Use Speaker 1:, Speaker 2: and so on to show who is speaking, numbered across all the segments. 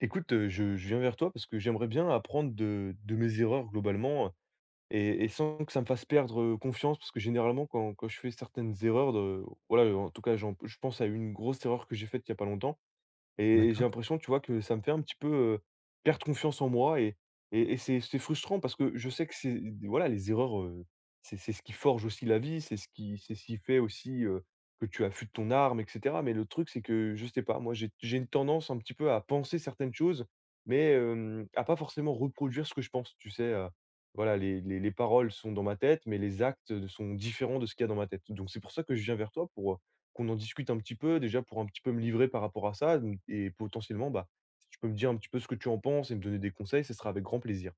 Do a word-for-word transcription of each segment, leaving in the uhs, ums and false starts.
Speaker 1: Écoute, heu, je je viens vers toi parce que j'aimerais bien apprendre de de mes erreurs globalement, et et sans que ça me fasse perdre, heu, confiance. Parce que généralement quand quand je fais certaines erreurs de voilà, en tout cas j'en je pense à une grosse erreur que j'ai faite il y a pas longtemps et j'ai
Speaker 2: D'accord.
Speaker 1: l'impression, tu vois, que ça me fait un petit peu, heu, perdre confiance en moi et et et c'est c'est frustrant parce que je sais que c'est voilà, les erreurs, heu, c'est c'est ce qui forge aussi la vie, c'est ce qui c'est ce qui fait aussi, heu, que tu affûtes ton arme et cetera. Mais le truc, c'est que je sais pas, moi, j'ai j'ai une tendance un petit peu à penser certaines choses, mais, hem, à pas forcément reproduire ce que je pense, tu sais? Heu, voilà, les les les paroles sont dans ma tête, mais les actes, sont différents de ce qu'il y a dans ma tête. Donc c'est pour ça que je viens vers toi pour, qu'on en discute un petit peu déjà pour un petit peu me livrer par rapport à ça donc et potentiellement, bah, si tu peux me dire un petit peu ce que tu en penses et me donner des conseils, ce sera avec grand plaisir.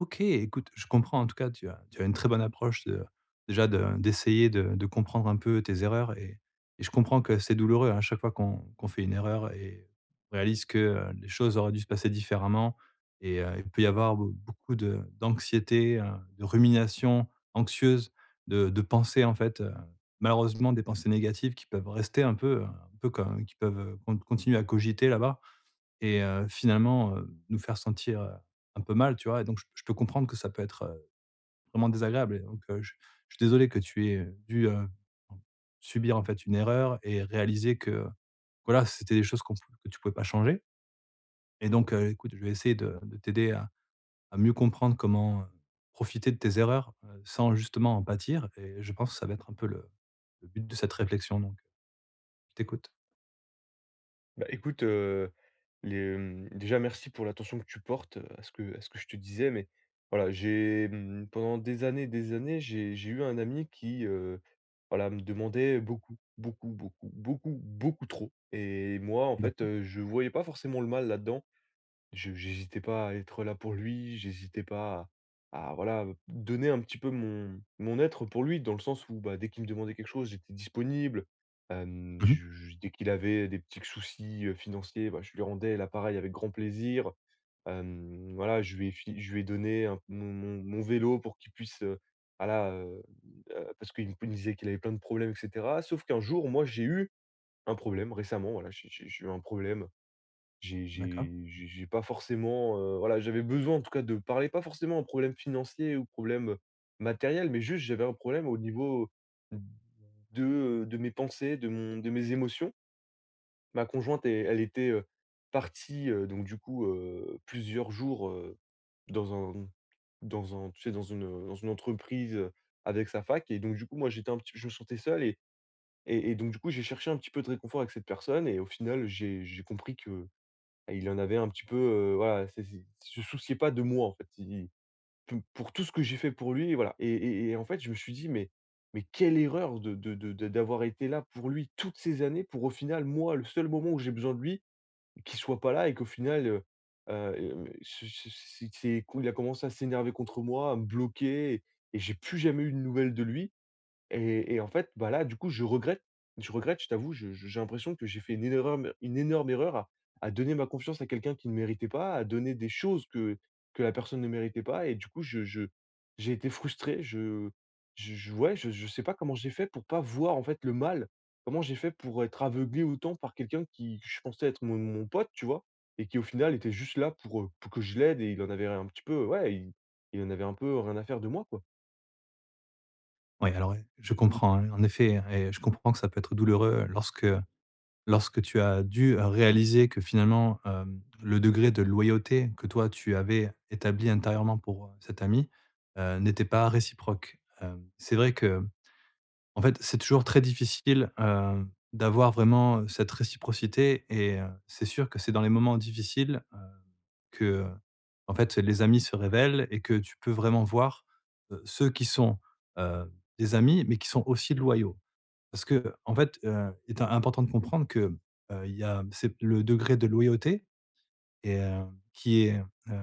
Speaker 2: OK, écoute, je comprends, en tout cas. Tu as tu as une très bonne approche, de déjà de d'essayer de de comprendre un peu tes erreurs. Et et je comprends que c'est douloureux à chaque fois qu'on qu'on fait une erreur, et on réalise que, heu, les choses auraient dû se passer différemment. Et heu, il peut y avoir beau beaucoup de d'anxiété, heu, de rumination anxieuse, de de pensées, en fait. Heu, malheureusement, des pensées négatives qui peuvent rester un peu, heu, un peu comme qui peuvent, heu, con continuer à cogiter là-bas. Et heu, finalement, heu, nous faire sentir, heu, un peu mal, tu vois? Et donc je je peux comprendre que ça peut être, heu, vraiment désagréable. Et donc heu, je je suis désolé que tu aies, dû, heu, subir, en fait, une erreur et réaliser que, voilà, c'était des choses qu'on pou que tu pouvais pas changer. Et donc heu, écoute, je vais essayer de de t'aider à à mieux comprendre comment, heu, profiter de tes erreurs, heu, sans justement en pâtir. Et je pense que ça va être un peu le le but de cette réflexion. Donc je t'écoute.
Speaker 1: Bah, écoute, heu, les, hem, déjà merci pour l'attention que tu portes, heu, à ce que à ce que je te disais, mais voilà, j'ai, mmh, pendant des années des années, j'ai j'ai eu un ami qui, heu, voilà, me demandait beaucoup, beaucoup, beaucoup, beaucoup, beaucoup trop et moi, en fait,
Speaker 2: D'accord.
Speaker 1: heu, je voyais pas forcément le mal là-dedans. Je j'hésitais pas à être là pour lui, j'hésitais pas à à voilà, donner un petit peu mon mon être pour lui, dans le sens où, bah, dès qu'il me demandait quelque chose, j'étais disponible. Hem,
Speaker 2: Mmh.
Speaker 1: je je dès qu'il avait des petits soucis, heu, financiers, bah, je lui rendais l'appareil avec grand plaisir. Hem, voilà, je lui ai fi je lui ai donné un mon mon mon vélo pour qu'il puisse, heu, voilà, heu heu, parce qu'il me p disait qu'il avait plein de problèmes et cetera. Sauf qu'un jour, moi, j'ai eu un problème récemment, voilà, j'ai j'ai j'ai eu un problème. J'ai
Speaker 2: D'accord.
Speaker 1: j'ai j'ai j'ai pas forcément, heu, voilà, j'avais besoin en tout cas de parler, pas forcément un problème financier ou problème, matériel, mais juste j'avais un problème au niveau de, de mes pensées, de mon de mes émotions. Ma conjointe est elle était, heu, partie, heu, donc du coup, heu, plusieurs jours, heu, dans un dans un tu sais, dans une, dans une entreprise, heu, avec sa fac et donc du coup, moi, j'étais un petit je me sentais seul et et et donc du coup, j'ai cherché un petit peu de réconfort avec cette personne et au final, j'ai j'ai compris que et il en avait un petit peu, heu, voilà, c'est c'est il se souciait pas de moi, en fait. Il pou Pour tout ce que j'ai fait pour lui, voilà et et et en fait, je me suis dit: «Mais mais quelle erreur de de de de d'avoir été là pour lui toutes ces années pour au final, moi, le seul moment où j'ai besoin de lui, qu'il soit pas là» et qu'au final, heu heu, ce ce c'est c'est il a commencé à s'énerver contre moi, à me bloquer et et j'ai plus jamais eu de nouvelles de lui. Et et en fait, bah, là, du coup, je regrette je regrette, je t'avoue, je je j'ai l'impression que j'ai fait une énorme er une énorme erreur à à donner ma confiance à quelqu'un qui ne méritait pas, à donner des choses que que la personne ne méritait pas et du coup, je je j'ai été frustré, je je je ouais, je je sais pas comment j'ai fait pour pas voir, en fait, le mal. Comment j'ai fait pour être aveuglé autant par quelqu'un qui que je pensais être mon mon pote, tu vois? Et qui, au final, était juste là pour, heu, pour que je l'aide et il en avait un petit peu ouais, il il en avait un peu rien à faire de moi, quoi.
Speaker 2: Oui, alors, ouais, je comprends, hein, en effet, et je comprends que ça peut être douloureux lorsque Lorsque tu as dû réaliser que finalement, hem, le degré de loyauté que toi tu avais établi intérieurement pour, heu, cet ami, heu, n'était pas réciproque. Hem, c'est vrai que, en fait, c'est toujours très difficile, heu, d'avoir vraiment cette réciprocité. Et heu, c'est sûr que c'est dans les moments difficiles, heu, que, en fait, les amis se révèlent, et que tu peux vraiment voir, heu, ceux qui sont, heu, des amis, mais qui sont aussi loyaux. Parce que en fait, heu, il est important de comprendre que, heu, il y a c'est le degré de loyauté. Et heu, qui est, heu,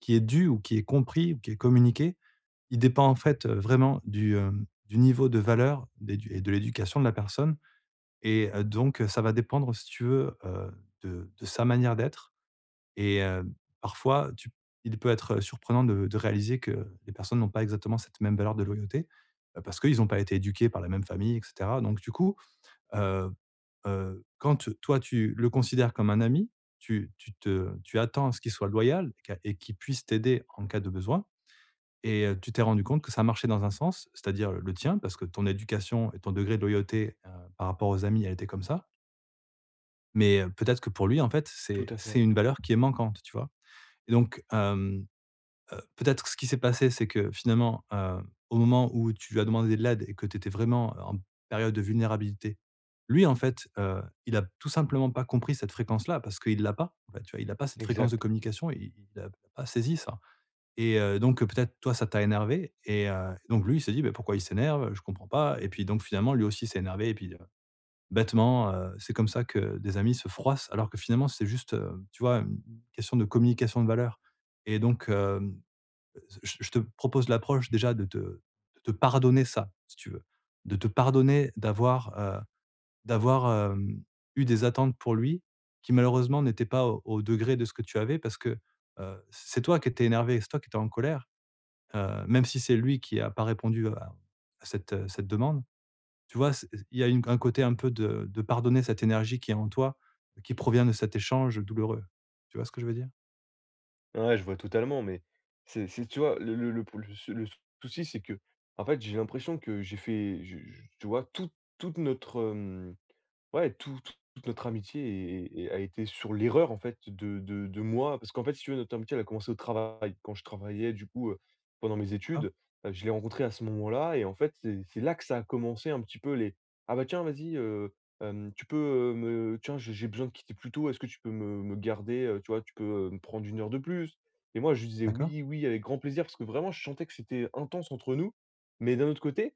Speaker 2: qui est dû, ou qui est compris, ou qui est communiqué. Il dépend, en fait, heu, vraiment du, hem, du niveau de valeur d'édu et de l'éducation de la personne. Et heu, donc ça va dépendre, si tu veux, heu, de de sa manière d'être. Et heu, parfois tu il peut être surprenant de de réaliser que les personnes n'ont pas exactement cette même valeur de loyauté, heu, parce qu'ils n'ont pas été éduqués par la même famille, et cetera. Donc du coup, euh, heu, quand te toi, tu le considères comme un ami, tu tu te tu attends à ce qu'il soit loyal, et qu'a et qu'il puisse t'aider en cas de besoin. Et heu, tu t'es rendu compte que ça marchait dans un sens, c'est-à-dire le tien, parce que ton éducation et ton degré de loyauté, heu, par rapport aux amis, elle était comme ça. Mais heu, peut-être que pour lui, en fait,
Speaker 1: Tout
Speaker 2: c'est
Speaker 1: à
Speaker 2: c'est
Speaker 1: fait,
Speaker 2: une valeur qui est manquante, tu vois? Et donc hem, Heu, peut-être ce qui s'est passé, c'est que finalement, heu, au moment où tu lui as demandé de l'aide et que tu étais vraiment, euh, en période de vulnérabilité, lui, en fait, heu, il a tout simplement pas compris cette fréquence-là, parce qu'il l'a pas. En fait, tu vois? Il a pas cette fréquence de
Speaker 1: exact.
Speaker 2: communication, il il a pas saisi ça. Et heu, donc euh, peut-être toi, ça t'a énervé. Et heu, donc lui, il s'est dit: «Beh, pourquoi il s'énerve? Je comprends pas.» Et puis donc finalement, lui aussi s'est énervé, et puis, heu, bêtement, heu, c'est comme ça que des amis se froissent, alors que finalement, c'est juste, heu, tu vois, une question de communication, de valeurs. Et donc, hem je je te propose l'approche, déjà de te de te pardonner ça, si tu veux. De te pardonner d'avoir, heu, d'avoir, hem, eu des attentes pour lui, qui malheureusement n'étaient pas au au degré de ce que tu avais, parce que, heu, c'est toi qui étais énervé, c'est toi qui étais en colère, heu, même si c'est lui qui n'a pas répondu à à cette, heu, cette demande. Tu vois? C'est Il y a une un côté un peu de de pardonner cette énergie qui est en toi, qui provient de cet échange douloureux. Tu vois ce que je veux dire?
Speaker 1: Ouais, je vois totalement, mais c'est c'est tu vois, le le le pou le sou le souci, c'est que en fait, j'ai l'impression que j'ai fait je je tu vois, tout toute notre, ouais, tout tout toute notre amitié est est a été sur l'erreur, en fait, de de de moi. Parce qu'en fait, si tu veux, notre amitié, elle a commencé au travail. Quand je travaillais, du coup, heu, pendant mes
Speaker 2: D'accord?
Speaker 1: études, heu, je l'ai rencontré à ce moment-là et en fait, c'est c'est là que ça a commencé un petit peu les: «Ah bah tiens, vas-y, heu, hem, tu peux, heu, me tiens, j'ai j'ai besoin de quitter plus tôt, est-ce que tu peux me me garder, heu, tu vois? Tu peux, heu, me prendre une heure de plus?» et moi, je lui disais:
Speaker 2: D'accord?
Speaker 1: «Oui, oui, avec grand plaisir», parce que vraiment, je sentais que c'était intense entre nous. Mais d'un autre côté,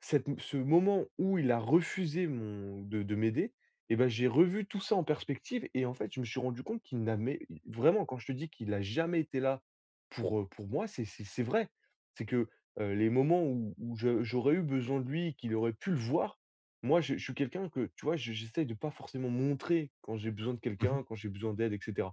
Speaker 1: cette m ce moment où il a refusé mon de de m'aider et ben j'ai revu tout ça en perspective et en fait, je me suis rendu compte qu'il n'a mais i vraiment quand je te dis qu'il n'a jamais été là pour, heu, pour moi, c'est c'est c'est vrai. C'est que, heu, les moments où où je j'aurais eu besoin de lui, qu'il aurait pu le voir, moi je je suis quelqu'un que, tu vois, je j'essaie de pas forcément montrer quand j'ai besoin de
Speaker 2: Mmh.
Speaker 1: quelqu'un, quand j'ai besoin d'aide etc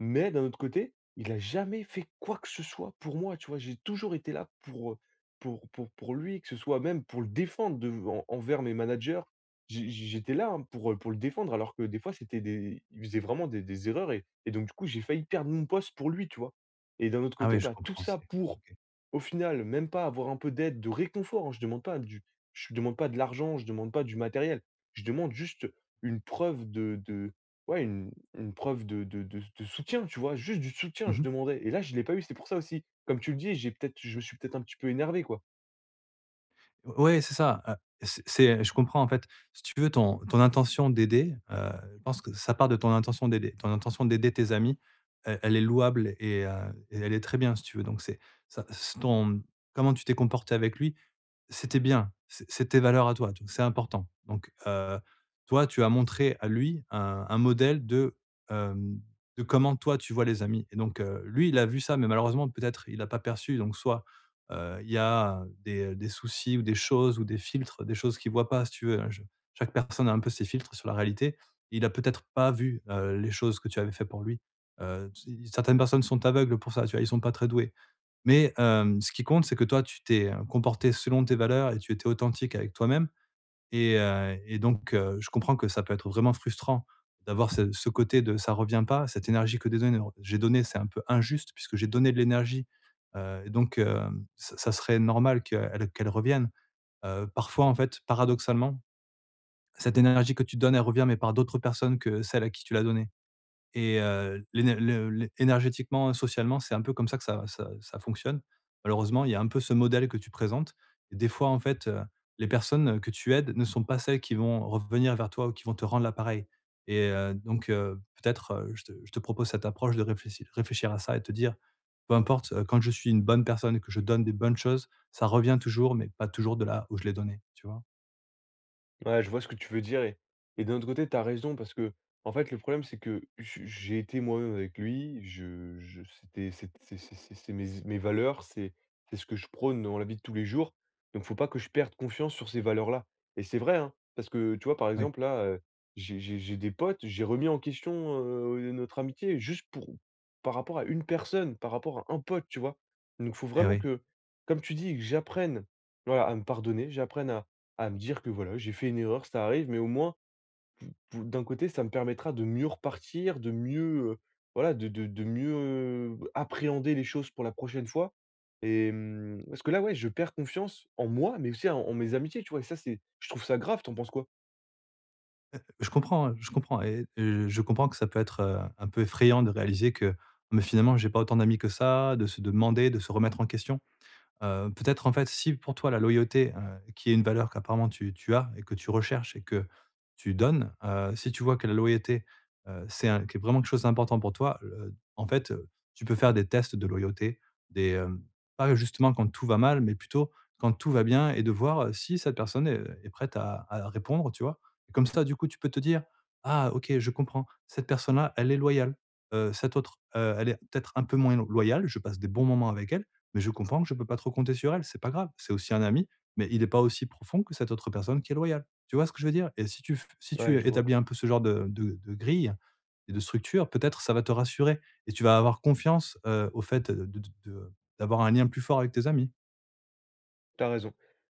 Speaker 1: mais d'un autre côté, il a jamais fait quoi que ce soit pour moi, tu vois? J'ai toujours été là pour, heu, pour pour pour lui, que ce soit même pour le défendre devant envers mes managers. J'ai j'ai j'étais là, hein, pour, heu, pour le défendre alors que des fois c'était des il faisait vraiment des des erreurs et et donc du coup, j'ai failli perdre mon poste pour lui, tu vois? Et d'un autre
Speaker 2: Ah
Speaker 1: côté,
Speaker 2: oui, je
Speaker 1: bah, tout
Speaker 2: comprends,
Speaker 1: ça
Speaker 2: c'est
Speaker 1: pour,
Speaker 2: OK.
Speaker 1: au final, même pas avoir un peu d'aide, de réconfort, hein. Je demande pas du je demande pas de l'argent, je demande pas du matériel. Je demande juste une preuve de de ouais, une une preuve de de de de soutien, tu vois? Juste du soutien, je
Speaker 2: Mmh.
Speaker 1: demandais et là, je l'ai pas eu. C'est pour ça aussi, comme tu le dis, j'ai peut-être je me suis peut-être un petit peu énervé, quoi.
Speaker 2: Ouais, c'est ça, heu, c'est c'est je comprends, en fait, si tu veux, ton ton intention d'aider, heu, je pense que ça part de ton intention d'aider. Ton intention d'aider tes amis, elle elle est louable, et heu, et elle est très bien, si tu veux. Donc c'est ça c'est ton, comment tu t'es comporté avec lui. C'était bien, c'est c'est tes valeurs à toi, tu vois? C'est important. Donc, heu, toi, tu as montré à lui un un modèle de, hem, de comment toi tu vois les amis. Et donc, heu, lui, il a vu ça, mais malheureusement, peut-être, il a pas perçu. Donc soit, heu, il y a des des soucis, ou des choses, ou des filtres, des choses qu'il ne voit pas, si tu veux, hein. je Chaque personne a un peu ses filtres sur la réalité. Il a peut-être pas vu, heu, les choses que tu avais fait pour lui. Heu, Certaines personnes sont aveugles pour ça, tu vois? Ils ne sont pas très doués. Mais hem, ce qui compte, c'est que toi, tu t'es, heu, comporté selon tes valeurs, et tu étais authentique avec toi-même. Et heu et donc heu, je comprends que ça peut être vraiment frustrant d'avoir ce ce côté de «ça revient pas», cette énergie que des donné j'ai donnée. C'est un peu injuste, puisque j'ai donné de l'énergie, heu et donc hem, ça ça serait normal qu'elle qu'elle revienne. Heu, parfois, en fait, paradoxalement, cette énergie que tu donnes, elle revient, mais par d'autres personnes que celles à qui tu l'as donnée. Et heu, l'éné le l'é énergétiquement, socialement, c'est un peu comme ça que ça ça ça fonctionne. Malheureusement, il y a un peu ce modèle que tu présentes. Et des fois, en fait, heu, les personnes, que tu aides ne sont pas celles qui vont revenir vers toi, ou qui vont te rendre l'appareil. Et heu, donc heu, peut-être, heu, je te je te propose cette approche de réfléchir réfléchir à ça, et te dire: «Peu importe, heu, quand je suis une bonne personne, que je donne des bonnes choses, ça revient toujours, mais pas toujours de là où je l'ai donné.» Tu vois?
Speaker 1: Ouais, je vois ce que tu veux dire et et d'un autre côté, tu as raison parce que, en fait, le problème, c'est que j j'ai été moi-même avec lui, je je c'était c'est c'est c'est c'est c'est mes mes valeurs, c'est c'est ce que je prône dans la vie de tous les jours, donc faut pas que je perde confiance sur ces valeurs-là et c'est vrai, hein, parce que, tu vois, par
Speaker 2: Oui.
Speaker 1: exemple, là, heu, j'ai j'ai j'ai des potes, j'ai remis en question, heu, notre amitié juste pour par rapport à une personne, par rapport à un pote, tu vois? Donc faut
Speaker 2: Eh
Speaker 1: vraiment
Speaker 2: oui.
Speaker 1: que, comme tu dis, que j'apprenne, voilà, à me pardonner, j'apprenne à à me dire que voilà, j'ai fait une erreur, ça arrive, mais au moins, pou- pou- d'un côté, ça me permettra de mieux repartir, de mieux, euh, voilà, de, de, de mieux euh, appréhender les choses pour la prochaine fois. Et hum, parce que là, ouais, je perds confiance en moi, mais aussi en, en mes amitiés, tu vois. Et ça, c'est, je trouve ça grave. T'en penses quoi?
Speaker 2: Je comprends, hein, je comprends. Et heu, je comprends que ça peut être, heu, un peu effrayant de réaliser que, mais finalement, j'ai pas autant d'amis que ça, de se demander, de se remettre en question. Heu, peut-être, en fait, si pour toi la loyauté, heu, qui est une valeur qu'apparemment tu tu as et que tu recherches et que tu donnes, heu, si tu vois que la loyauté, heu, c'est un que vraiment quelque chose d'important pour toi, heu, en fait, heu, tu peux faire des tests de loyauté, des, hem, pas justement quand tout va mal, mais plutôt quand tout va bien, et de voir, heu, si cette personne est est prête à à répondre, tu vois? Et comme ça, du coup, tu peux te dire: «Ah OK, je comprends, cette personne-là, elle est loyale, heu, cette autre, heu, elle est peut-être un peu moins lo loyale, je passe des bons moments avec elle, mais je comprends que je peux pas trop compter sur elle, c'est pas grave, c'est aussi un ami, mais il est pas aussi profond que cette autre personne qui est loyale. Tu vois ce que je veux dire? Et si tu f si tu
Speaker 1: Ouais, je vois.
Speaker 2: établis un peu ce genre de de de grille et de structure, peut-être ça va te rassurer, et tu vas avoir confiance, heu, au fait de de de d'avoir un lien plus fort avec tes amis.
Speaker 1: T'as raison.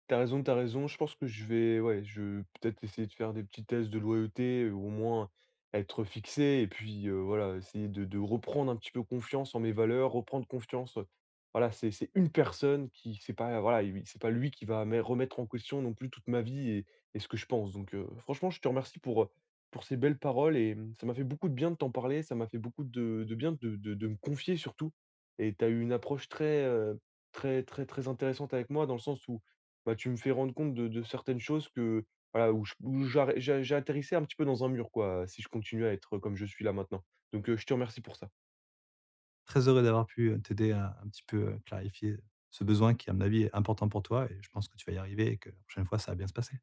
Speaker 1: t'as raison, t'as raison. Je pense que je vais, ouais, je peut-être essayer de faire des petits tests de loyauté, euh, au moins être fixé, et puis euh, voilà, essayer de, de reprendre un petit peu confiance en mes valeurs, reprendre confiance. euh, Voilà, c'est c'est une personne qui, c'est pas, voilà, il- c'est pas lui qui va me remettre en question non plus toute ma vie et, et ce que je pense. Donc, euh, franchement, je te remercie pour, euh, pour ces belles paroles et hum, ça m'a fait beaucoup de bien de t'en parler, ça m'a fait beaucoup de, de bien de, de- de me confier surtout. Et t'as eu une approche très, euh, très, très, très intéressante avec moi dans le sens où, bah, tu me fais rendre compte de de certaines choses que, voilà, où je où j'arri j'a j'atterrissais un petit peu dans un mur, quoi, si je continue à être comme je suis là maintenant. Donc, heu, je te remercie pour ça.
Speaker 2: Très heureux d'avoir pu, heu, t'aider à un petit peu, heu, clarifier ce besoin qui, à mon avis, est important pour toi, et je pense que tu vas y arriver, et que la prochaine fois, ça va bien se passer.